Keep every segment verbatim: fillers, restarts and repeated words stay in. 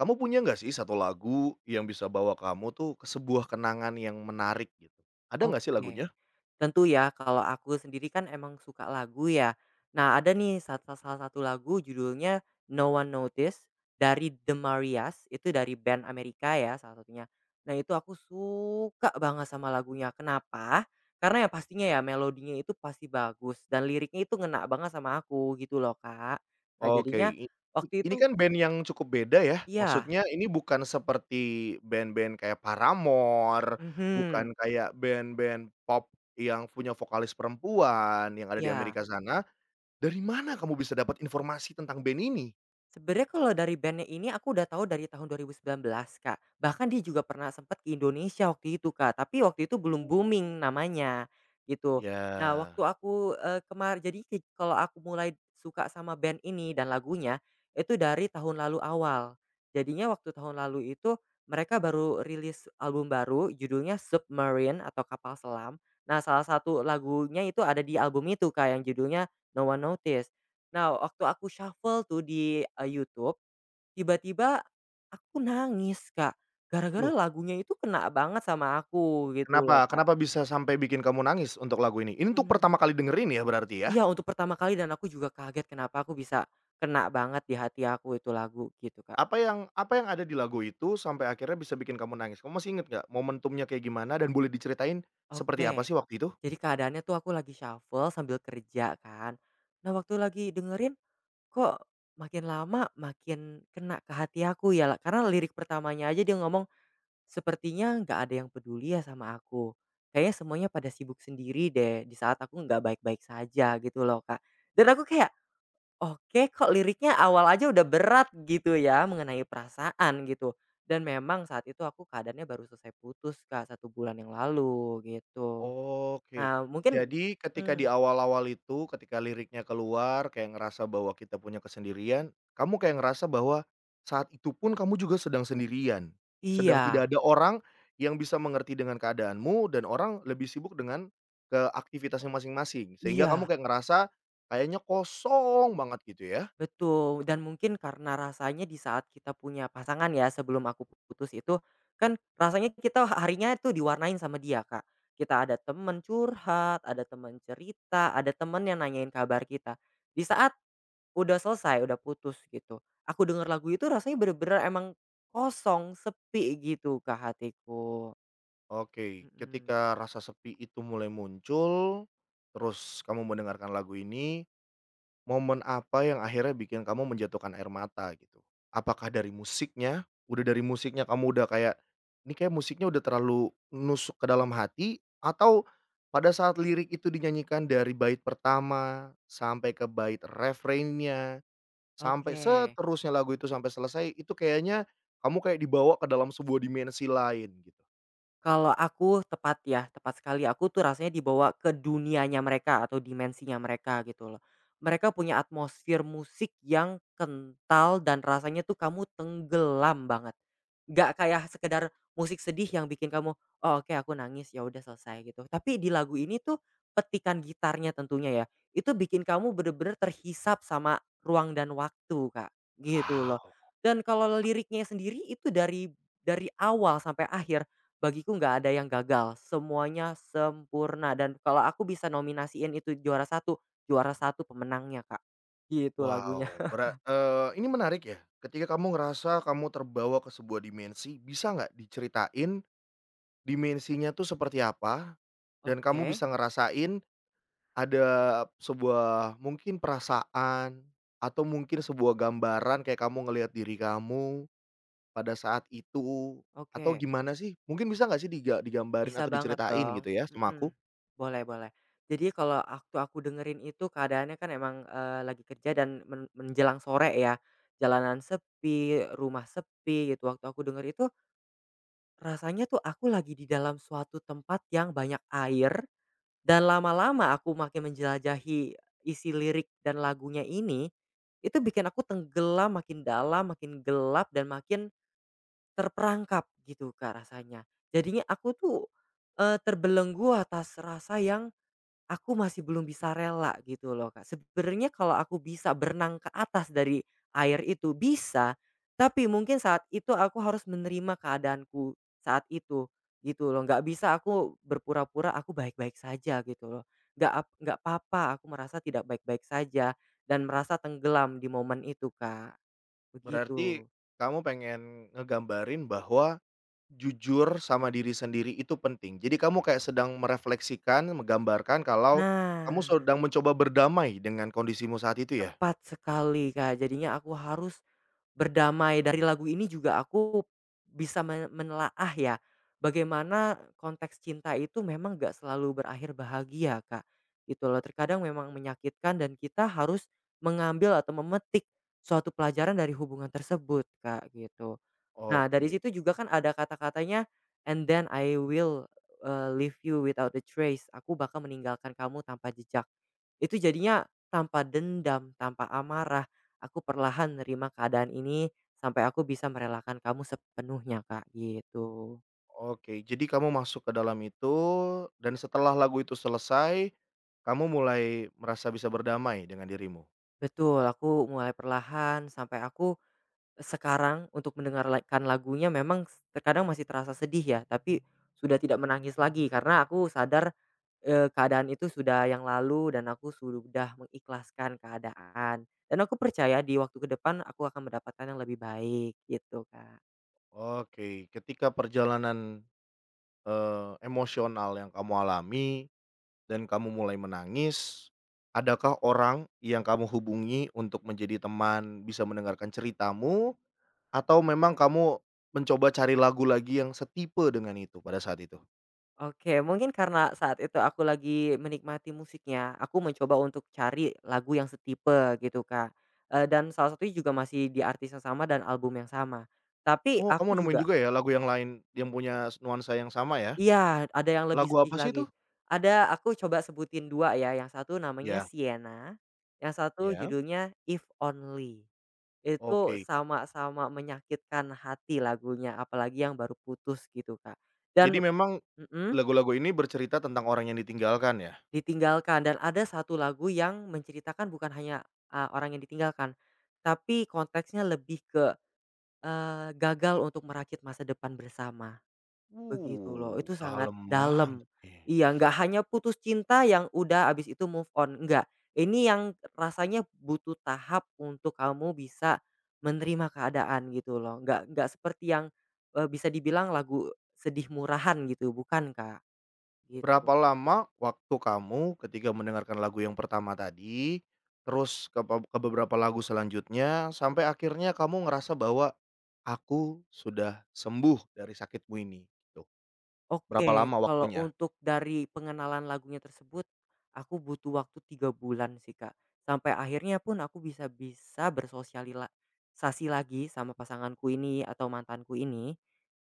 Kamu punya nggak sih satu lagu yang bisa bawa kamu tuh ke sebuah kenangan yang menarik gitu? Ada nggak sih Oke, lagunya? tentu ya kalau aku sendiri kan emang suka lagu ya. Nah ada nih sat salah satu lagu judulnya No One Noticed dari The Marias, itu dari band Amerika ya salah satunya. Nah itu aku suka banget sama lagunya, kenapa? Karena ya pastinya ya melodinya itu pasti bagus dan liriknya itu ngena banget sama aku gitu loh Kak. Nah Oke, jadinya i i- waktu ini itu, kan band yang cukup beda ya, iya, maksudnya ini bukan seperti band-band kayak Paramore, mhm, bukan kayak band-band pop yang punya vokalis perempuan yang ada di iya. Amerika sana. Dari mana kamu bisa dapat informasi tentang band ini? Sebenarnya kalau dari band ini aku udah tahu dari tahun dua ribu sembilan belas, Kak. Bahkan dia juga pernah sempat ke Indonesia waktu itu, Kak, tapi waktu itu belum booming namanya, gitu. Nah, waktu Ya. aku, eee, kemar jadi ke kalau aku mulai suka sama band ini dan lagunya, itu dari tahun lalu awal. Jadinya waktu tahun lalu itu mereka baru rilis album baru judulnya Submarine atau Kapal Selam. Nah, salah satu lagunya itu ada di album itu, Kak, yang judulnya No One Noticed. Nah, waktu aku shuffle tuh di, eee, YouTube, tiba-tiba aku nangis, Kak, gara-gara Loh, lagunya itu kena banget sama aku gitu loh, kenapa Kak. kenapa bisa sampai bikin kamu nangis untuk lagu ini? Ini untuk pertama Mmm. kali dengerin ya berarti ya? Iya, untuk pertama kali dan aku juga kaget kenapa aku bisa kena banget di hati aku itu lagu gitu, Kak. Apa yang apa yang ada di lagu itu sampai akhirnya bisa bikin kamu nangis? Kamu masih inget nggak momentumnya kayak gimana dan boleh diceritain seperti apa Oke, sih waktu itu? jadi keadaannya tuh aku lagi shuffle sambil kerja kan. Nah, waktu lagi dengerin kok makin lama makin kena ke hati aku ya, karena lirik pertamanya aja dia ngomong, "Sepertinya nggak ada yang peduli ya sama aku. Kayaknya semuanya pada sibuk sendiri deh di saat aku nggak baik-baik saja gitu loh Kak." Dan aku kayak, oke kok liriknya awal aja udah berat gitu ya mengenai perasaan gitu. Dan memang saat itu aku keadaannya baru selesai putus Kak, satu bulan yang lalu gitu. Oke. Nah mungkin, Jadi ketika di mhm, awal-awal itu, ketika liriknya keluar kayak ngerasa bahwa kita punya kesendirian, kamu kayak ngerasa bahwa saat itu pun kamu juga sedang sendirian, sedang iya, tidak ada orang yang bisa mengerti dengan keadaanmu dan orang lebih sibuk dengan ke aktivitasnya masing-masing, sehingga kamu iya. kayak ngerasa kayaknya kosong banget gitu ya? Betul, dan mungkin karena rasanya di saat kita punya pasangan ya, sebelum aku putus itu, kan rasanya kita harinya itu diwarnain sama dia, Kak. Kita ada temen curhat, ada temen cerita, ada temen yang nanyain kabar kita. Di saat udah selesai, udah putus gitu, aku denger lagu itu rasanya bener-bener emang kosong, sepi gitu, ke hatiku. Oke, Mhm, ketika rasa sepi itu mulai muncul, terus kamu mendengarkan lagu ini, momen apa yang akhirnya bikin kamu menjatuhkan air mata gitu? Apakah dari musiknya? Udah dari musiknya kamu udah kayak, ini kayak musiknya udah terlalu nusuk ke dalam hati? Atau pada saat lirik itu dinyanyikan dari bait pertama, sampai ke bait refrainnya, sampai oke. seterusnya lagu itu sampai selesai, itu kayaknya kamu kayak dibawa ke dalam sebuah dimensi lain gitu? Kalau aku tepat ya, tepat sekali. Aku tuh rasanya dibawa ke dunianya mereka atau dimensinya mereka gitu loh. Mereka punya atmosfer musik yang kental dan rasanya tuh kamu tenggelam banget. Nggak kayak sekedar musik sedih yang bikin kamu, "Oh oke aku nangis, ya udah selesai," gitu. Tapi di lagu ini tuh petikan gitarnya tentunya ya, itu bikin kamu bener-bener terhisap sama ruang dan waktu, Kak, gitu loh. Wow. Dan kalau liriknya sendiri itu dari dari awal sampai akhir bagiku nggak ada yang gagal, semuanya sempurna dan kalau aku bisa nominasiin itu juara satu juara satu pemenangnya, Kak, gitu lagunya. Wow, bera eee, ini menarik ya, ketika kamu ngerasa kamu terbawa ke sebuah dimensi, bisa nggak diceritain dimensinya tuh seperti apa? Dan kamu Oke, bisa ngerasain ada sebuah mungkin perasaan atau mungkin sebuah gambaran kayak kamu ngelihat diri kamu pada saat itu atau oke. gimana sih? Mungkin bisa nggak sih diga digambarin Bisa atau banget diceritain dong, gitu ya sama aku? mhm, boleh, boleh. Jadi kalau waktu aku dengerin itu keadaannya kan emang, eee, lagi kerja dan men menjelang sore ya, jalanan sepi, rumah sepi gitu. Waktu aku denger itu rasanya tuh aku lagi di dalam suatu tempat yang banyak air dan lama-lama aku makin menjelajahi isi lirik dan lagunya ini, itu bikin aku tenggelam makin dalam, makin gelap dan makin terperangkap gitu, Kak, rasanya. Jadinya aku tuh, eee, terbelenggu atas rasa yang aku masih belum bisa rela gitu loh, Kak. Sebenarnya kalau aku bisa berenang ke atas dari air itu, bisa, tapi mungkin saat itu aku harus menerima keadaanku saat itu, gitu loh. Nggak bisa aku berpura-pura aku baik-baik saja gitu loh. Nggak ap nggak apa-apa aku merasa tidak baik-baik saja dan merasa tenggelam di momen itu, Kak, Berarti begitu. kamu pengen ngegambarin bahwa jujur sama diri sendiri itu penting. Jadi kamu kayak sedang merefleksikan, menggambarkan kalau kamu Nah, sedang mencoba berdamai dengan kondisimu saat itu ya? tepat sekali, Kak. Jadinya aku harus berdamai, dari lagu ini juga aku bisa me menelaah ya, bagaimana konteks cinta itu memang gak selalu berakhir bahagia, Kak, gitu loh. Terkadang memang menyakitkan dan kita harus mengambil atau memetik suatu pelajaran dari hubungan tersebut, Kak, gitu. Nah, dari Oke, situ juga kan ada kata-katanya, "And then I will, eee, leave you without a trace." Aku bakal meninggalkan kamu tanpa jejak. Itu jadinya tanpa dendam, tanpa amarah. Aku perlahan nerima keadaan ini sampai aku bisa merelakan kamu sepenuhnya, Kak, gitu. oke. Jadi kamu masuk ke dalam itu dan setelah lagu itu selesai, kamu mulai merasa bisa berdamai dengan dirimu? Betul, aku mulai perlahan sampai aku sekarang untuk mendengarkan lagunya memang s terkadang masih terasa sedih ya, tapi sudah tidak menangis lagi karena aku sadar, eee, keadaan itu sudah yang lalu dan aku sudah mengikhlaskan keadaan. Dan aku percaya di waktu ke depan aku akan mendapatkan yang lebih baik, gitu, Kak. Oke. Ketika perjalanan, eee, emosional yang kamu alami dan kamu mulai menangis, adakah orang yang kamu hubungi untuk menjadi teman, bisa mendengarkan ceritamu? Atau memang kamu mencoba cari lagu lagi yang setipe dengan itu pada saat itu? Oke, mungkin karena saat itu aku lagi menikmati musiknya, aku mencoba untuk cari lagu yang setipe gitu, Kak. Eee, dan salah satunya juga masih di artis yang sama dan album yang sama. Tapi Oh, kamu aku nemuin juga, juga ya lagu yang lain yang punya s nuansa yang sama ya? iya, ada yang lebih Lagu sedih apa sih lagi. itu? Ada, aku coba sebutin dua ya, yang satu namanya Ya, Sienna, yang satu ya, judulnya If Only. Itu oke. sama-sama menyakitkan hati lagunya, apalagi yang baru putus gitu, Kak. Jadi Dan, memang mhm? lagu-lagu ini bercerita tentang orang yang ditinggalkan ya? Ditinggalkan dan ada satu lagu yang menceritakan bukan hanya, eee, orang yang ditinggalkan, tapi konteksnya lebih ke, eee, gagal untuk merakit masa depan bersama, begitu loh. Wuh, Itu sangat dalam banget dalam. nih. Iya, nggak hanya putus cinta yang udah abis itu move on, enggak. Ini yang rasanya butuh tahap untuk kamu bisa menerima keadaan gitu loh, nggak nggak seperti yang, eee, bisa dibilang lagu sedih murahan gitu, bukan Kak, gitu. Berapa lama waktu kamu ketika mendengarkan lagu yang pertama tadi, terus ke peb ke beberapa lagu selanjutnya, sampai akhirnya kamu ngerasa bahwa, "Aku sudah sembuh dari sakitmu ini." Gitu. Berapa Oke, lama kalau waktunya? untuk dari pengenalan lagunya tersebut, aku butuh waktu tiga bulan sih, Kak. Sampai akhirnya pun aku bisa bisa bersosialisasi lagi sama pasanganku ini atau mantanku ini,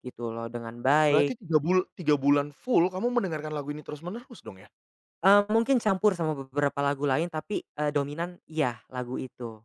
gitu loh, dengan Berarti baik. tiga bul tiga bulan full kamu mendengarkan lagu ini terus-menerus dong ya? Eee, mungkin campur sama beberapa lagu lain tapi, eee, dominan iya, lagu itu,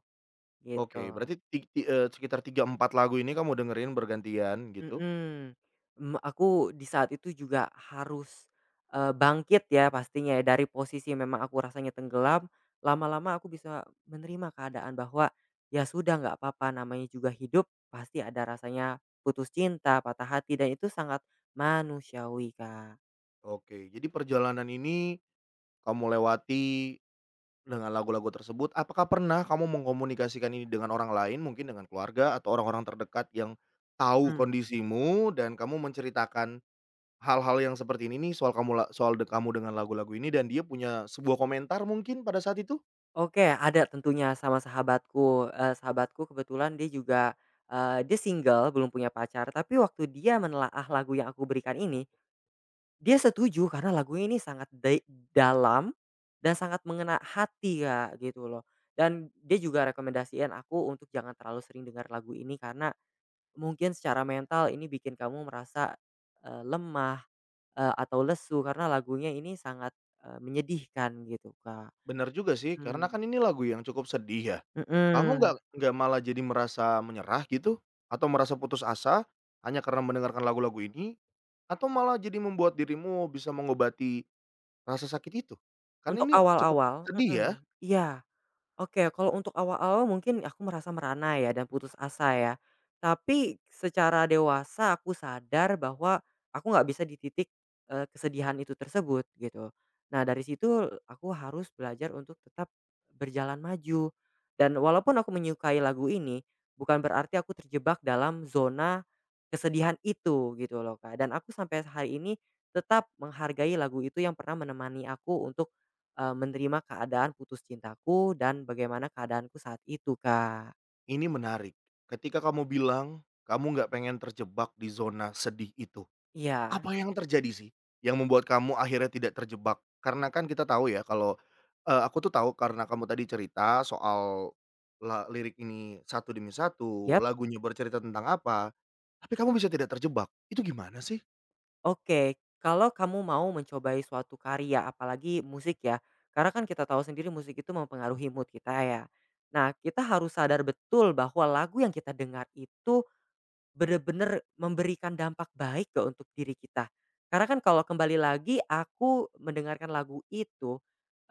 Oke, gitu. berarti ti ti eee, sekitar tiga empat lagu ini kamu dengerin bergantian gitu? Mhm, mmm, aku di saat itu juga harus, eee, bangkit ya pastinya ya dari posisi memang aku rasanya tenggelam, lama-lama aku bisa menerima keadaan bahwa, ya sudah nggak apa-apa namanya juga hidup pasti ada rasanya putus cinta, patah hati dan itu sangat manusiawi, Kak. Oke, jadi perjalanan ini kamu lewati dengan lagu-lagu tersebut, apakah pernah kamu mengkomunikasikan ini dengan orang lain, mungkin dengan keluarga atau orang-orang terdekat yang tahu Mhm. kondisimu dan kamu menceritakan hal-hal yang seperti ini nih soal kamu la soal de kamu dengan lagu-lagu ini dan dia punya sebuah komentar mungkin pada saat itu? Oke ada tentunya sama sahabatku, eee, sahabatku kebetulan dia juga, eee, dia single belum punya pacar tapi waktu dia menelaah lagu yang aku berikan ini, dia setuju karena lagunya ini sangat dai dalam dan sangat mengena hati ya gitu loh. Dan dia juga rekomendasiin aku untuk jangan terlalu sering dengar lagu ini karena mungkin secara mental ini bikin kamu merasa, eee, lemah, eee, atau lesu karena lagunya ini sangat, eee, menyedihkan gitu Kak. Benar juga sih, karena Mhm, kan ini lagu yang cukup sedih ya. Kamu nggak mhm. nggak malah jadi merasa menyerah gitu? Atau merasa putus asa hanya karena mendengarkan lagu-lagu ini? Atau malah jadi membuat dirimu bisa mengobati rasa sakit itu? Kan Untuk ini cukup awal-awal, sedih ya? mhm, iya. Oke, kalau untuk awal-awal mungkin aku merasa merana ya dan putus asa ya. Tapi secara dewasa aku sadar bahwa aku nggak bisa di titik, eee, kesedihan itu tersebut gitu. Nah dari situ aku harus belajar untuk tetap berjalan maju. Dan walaupun aku menyukai lagu ini, bukan berarti aku terjebak dalam zona kesedihan itu gitu loh, Kak. Dan aku sampai hari ini tetap menghargai lagu itu yang pernah menemani aku untuk Eee, menerima keadaan putus cintaku dan bagaimana keadaanku saat itu, Kak. Ini menarik. Ketika kamu bilang, kamu nggak pengen terjebak di zona sedih itu. Iya, Apa yang terjadi sih, yang membuat kamu akhirnya tidak terjebak? Karena kan kita tahu ya kalau, eee, aku tuh tahu karena kamu tadi cerita soal la lirik ini satu demi satu, yap, lagunya bercerita tentang apa, tapi kamu bisa tidak terjebak. Itu gimana sih? oke. Kalau kamu mau mencobai suatu karya, apalagi musik ya, karena kan kita tahu sendiri musik itu mempengaruhi mood kita ya. Nah, kita harus sadar betul bahwa lagu yang kita dengar itu bener-bener memberikan dampak baik nggak untuk diri kita. Karena kan kalau kembali lagi aku mendengarkan lagu itu,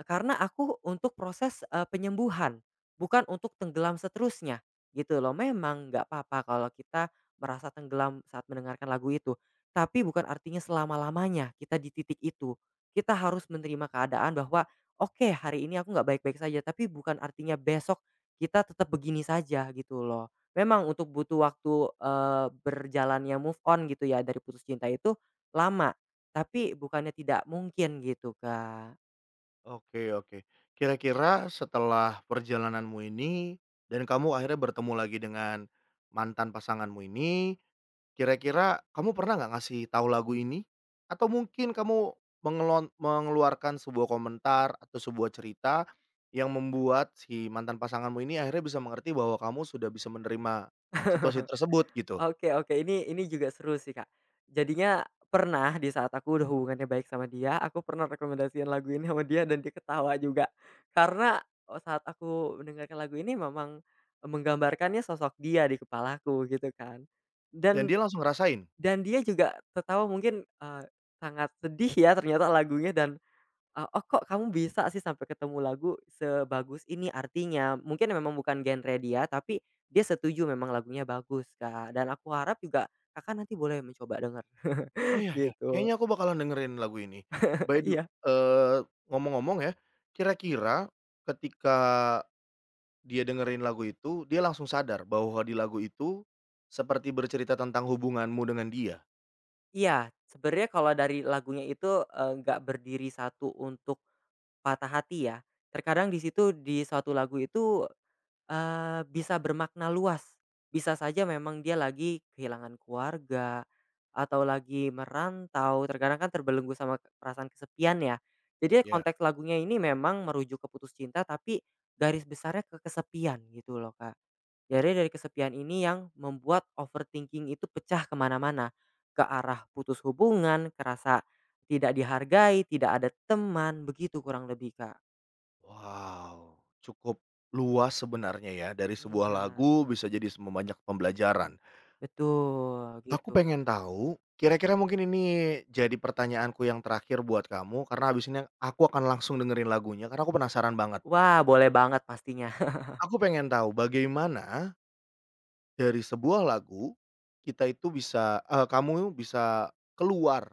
eee, karena aku untuk proses, eee, penyembuhan, bukan untuk tenggelam seterusnya, gitu loh. Memang nggak apa-apa kalau kita merasa tenggelam saat mendengarkan lagu itu, tapi bukan artinya selama-lamanya kita di titik itu. Kita harus menerima keadaan bahwa, "Oke, hari ini aku nggak baik-baik saja," tapi bukan artinya besok kita tetap begini saja, gitu loh. Memang untuk butuh waktu, eee, berjalannya move on gitu ya dari putus cinta itu lama, tapi bukannya tidak mungkin gitu, Kak. Oke, oke. Kira-kira setelah perjalananmu ini dan kamu akhirnya bertemu lagi dengan mantan pasanganmu ini, kira-kira kamu pernah nggak ngasih tahu lagu ini? Atau mungkin kamu mengelon mengeluarkan sebuah komentar atau sebuah cerita yang membuat si mantan pasanganmu ini akhirnya bisa mengerti bahwa kamu sudah bisa menerima situasi tersebut gitu, Oke, oke, ini ini juga seru sih, Kak. Jadinya pernah di saat aku udah hubungannya baik sama dia, aku pernah rekomendasiin lagu ini sama dia dan dia ketawa juga. Karena, eee, saat aku mendengarkan lagu ini memang menggambarkannya sosok dia di kepalaku gitu kan. dan Dan dia langsung ngerasain, dan dia juga tertawa mungkin, eee, sangat sedih ya ternyata lagunya dan Eee, "Oh, kok kamu bisa sih sampai ketemu lagu sebagus ini?" Artinya mungkin memang bukan genre dia, tapi dia setuju memang lagunya bagus, Kak, dan aku harap juga Kakak nanti boleh mencoba denger "Oh iya ya, kayaknya gitu. aku bakalan dengerin lagu ini." By the Iya, eee, Ngomong-ngomong ya, kira-kira ketika dia dengerin lagu itu, dia langsung sadar bahwa di lagu itu seperti bercerita tentang hubunganmu dengan dia? iya, sebenarnya kalau dari lagunya itu, eee, nggak berdiri satu untuk patah hati ya. Terkadang di situ di suatu lagu itu Eee, bisa bermakna luas. Bisa saja memang dia lagi kehilangan keluarga, atau lagi merantau, terkadang kan terbelenggu sama ke perasaan kesepian ya. Jadi Ya. konteks lagunya ini memang merujuk ke putus cinta, tapi garis besarnya ke kesepian gitu loh, Kak. Jadi dari kesepian ini yang membuat overthinking itu pecah kemana mana ke arah putus hubungan, kerasa tidak dihargai, tidak ada teman, begitu kurang lebih, Kak. Wow, cukup luas sebenarnya ya, dari sebuah Iya, lagu bisa jadi sem banyak pembelajaran. betul, Aku gitu. pengen tahu, kira-kira mungkin ini jadi pertanyaanku yang terakhir buat kamu, karena abis ini aku akan langsung dengerin lagunya, karena aku penasaran banget. Wah, boleh banget pastinya. Aku pengen tahu bagaimana dari sebuah lagu, kita itu bisa eee, kamu bisa keluar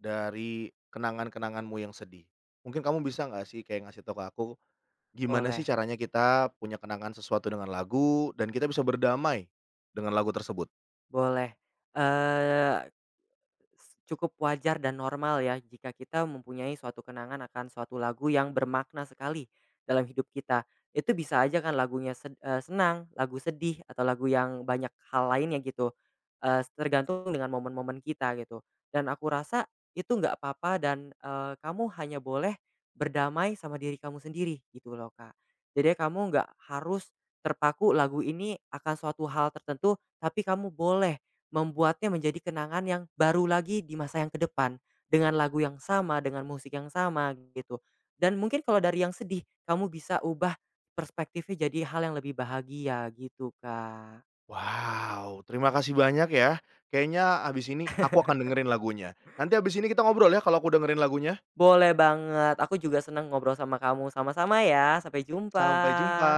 dari kenangan-kenanganmu yang sedih. Mungkin kamu bisa nggak sih kayak ngasih tahu ke aku, gimana sih Boleh, caranya kita punya kenangan sesuatu dengan lagu dan kita bisa berdamai dengan lagu tersebut? boleh. Eee, Cukup wajar dan normal ya jika kita mempunyai suatu kenangan akan suatu lagu yang bermakna sekali dalam hidup kita. Itu bisa aja kan lagunya sed eee, senang, lagu sedih, atau lagu yang banyak hal lainnya gitu, eee, tergantung dengan momen-momen kita gitu. Dan aku rasa itu nggak apa-apa dan, eee, kamu hanya boleh berdamai sama diri kamu sendiri gitu loh, Kak. Jadi kamu nggak harus terpaku lagu ini akan suatu hal tertentu, tapi kamu boleh membuatnya menjadi kenangan yang baru lagi di masa yang ke depan, dengan lagu yang sama, dengan musik yang sama, gitu. Dan mungkin kalau dari yang sedih, kamu bisa ubah perspektifnya jadi hal yang lebih bahagia gitu, Kak. Wow, terima kasih banyak ya. Kayaknya abis ini aku akan dengerin lagunya. Nanti abis ini kita ngobrol ya kalau aku dengerin lagunya. Boleh banget, aku juga senang ngobrol sama kamu. Sama-sama ya, sampai jumpa. Sampai jumpa.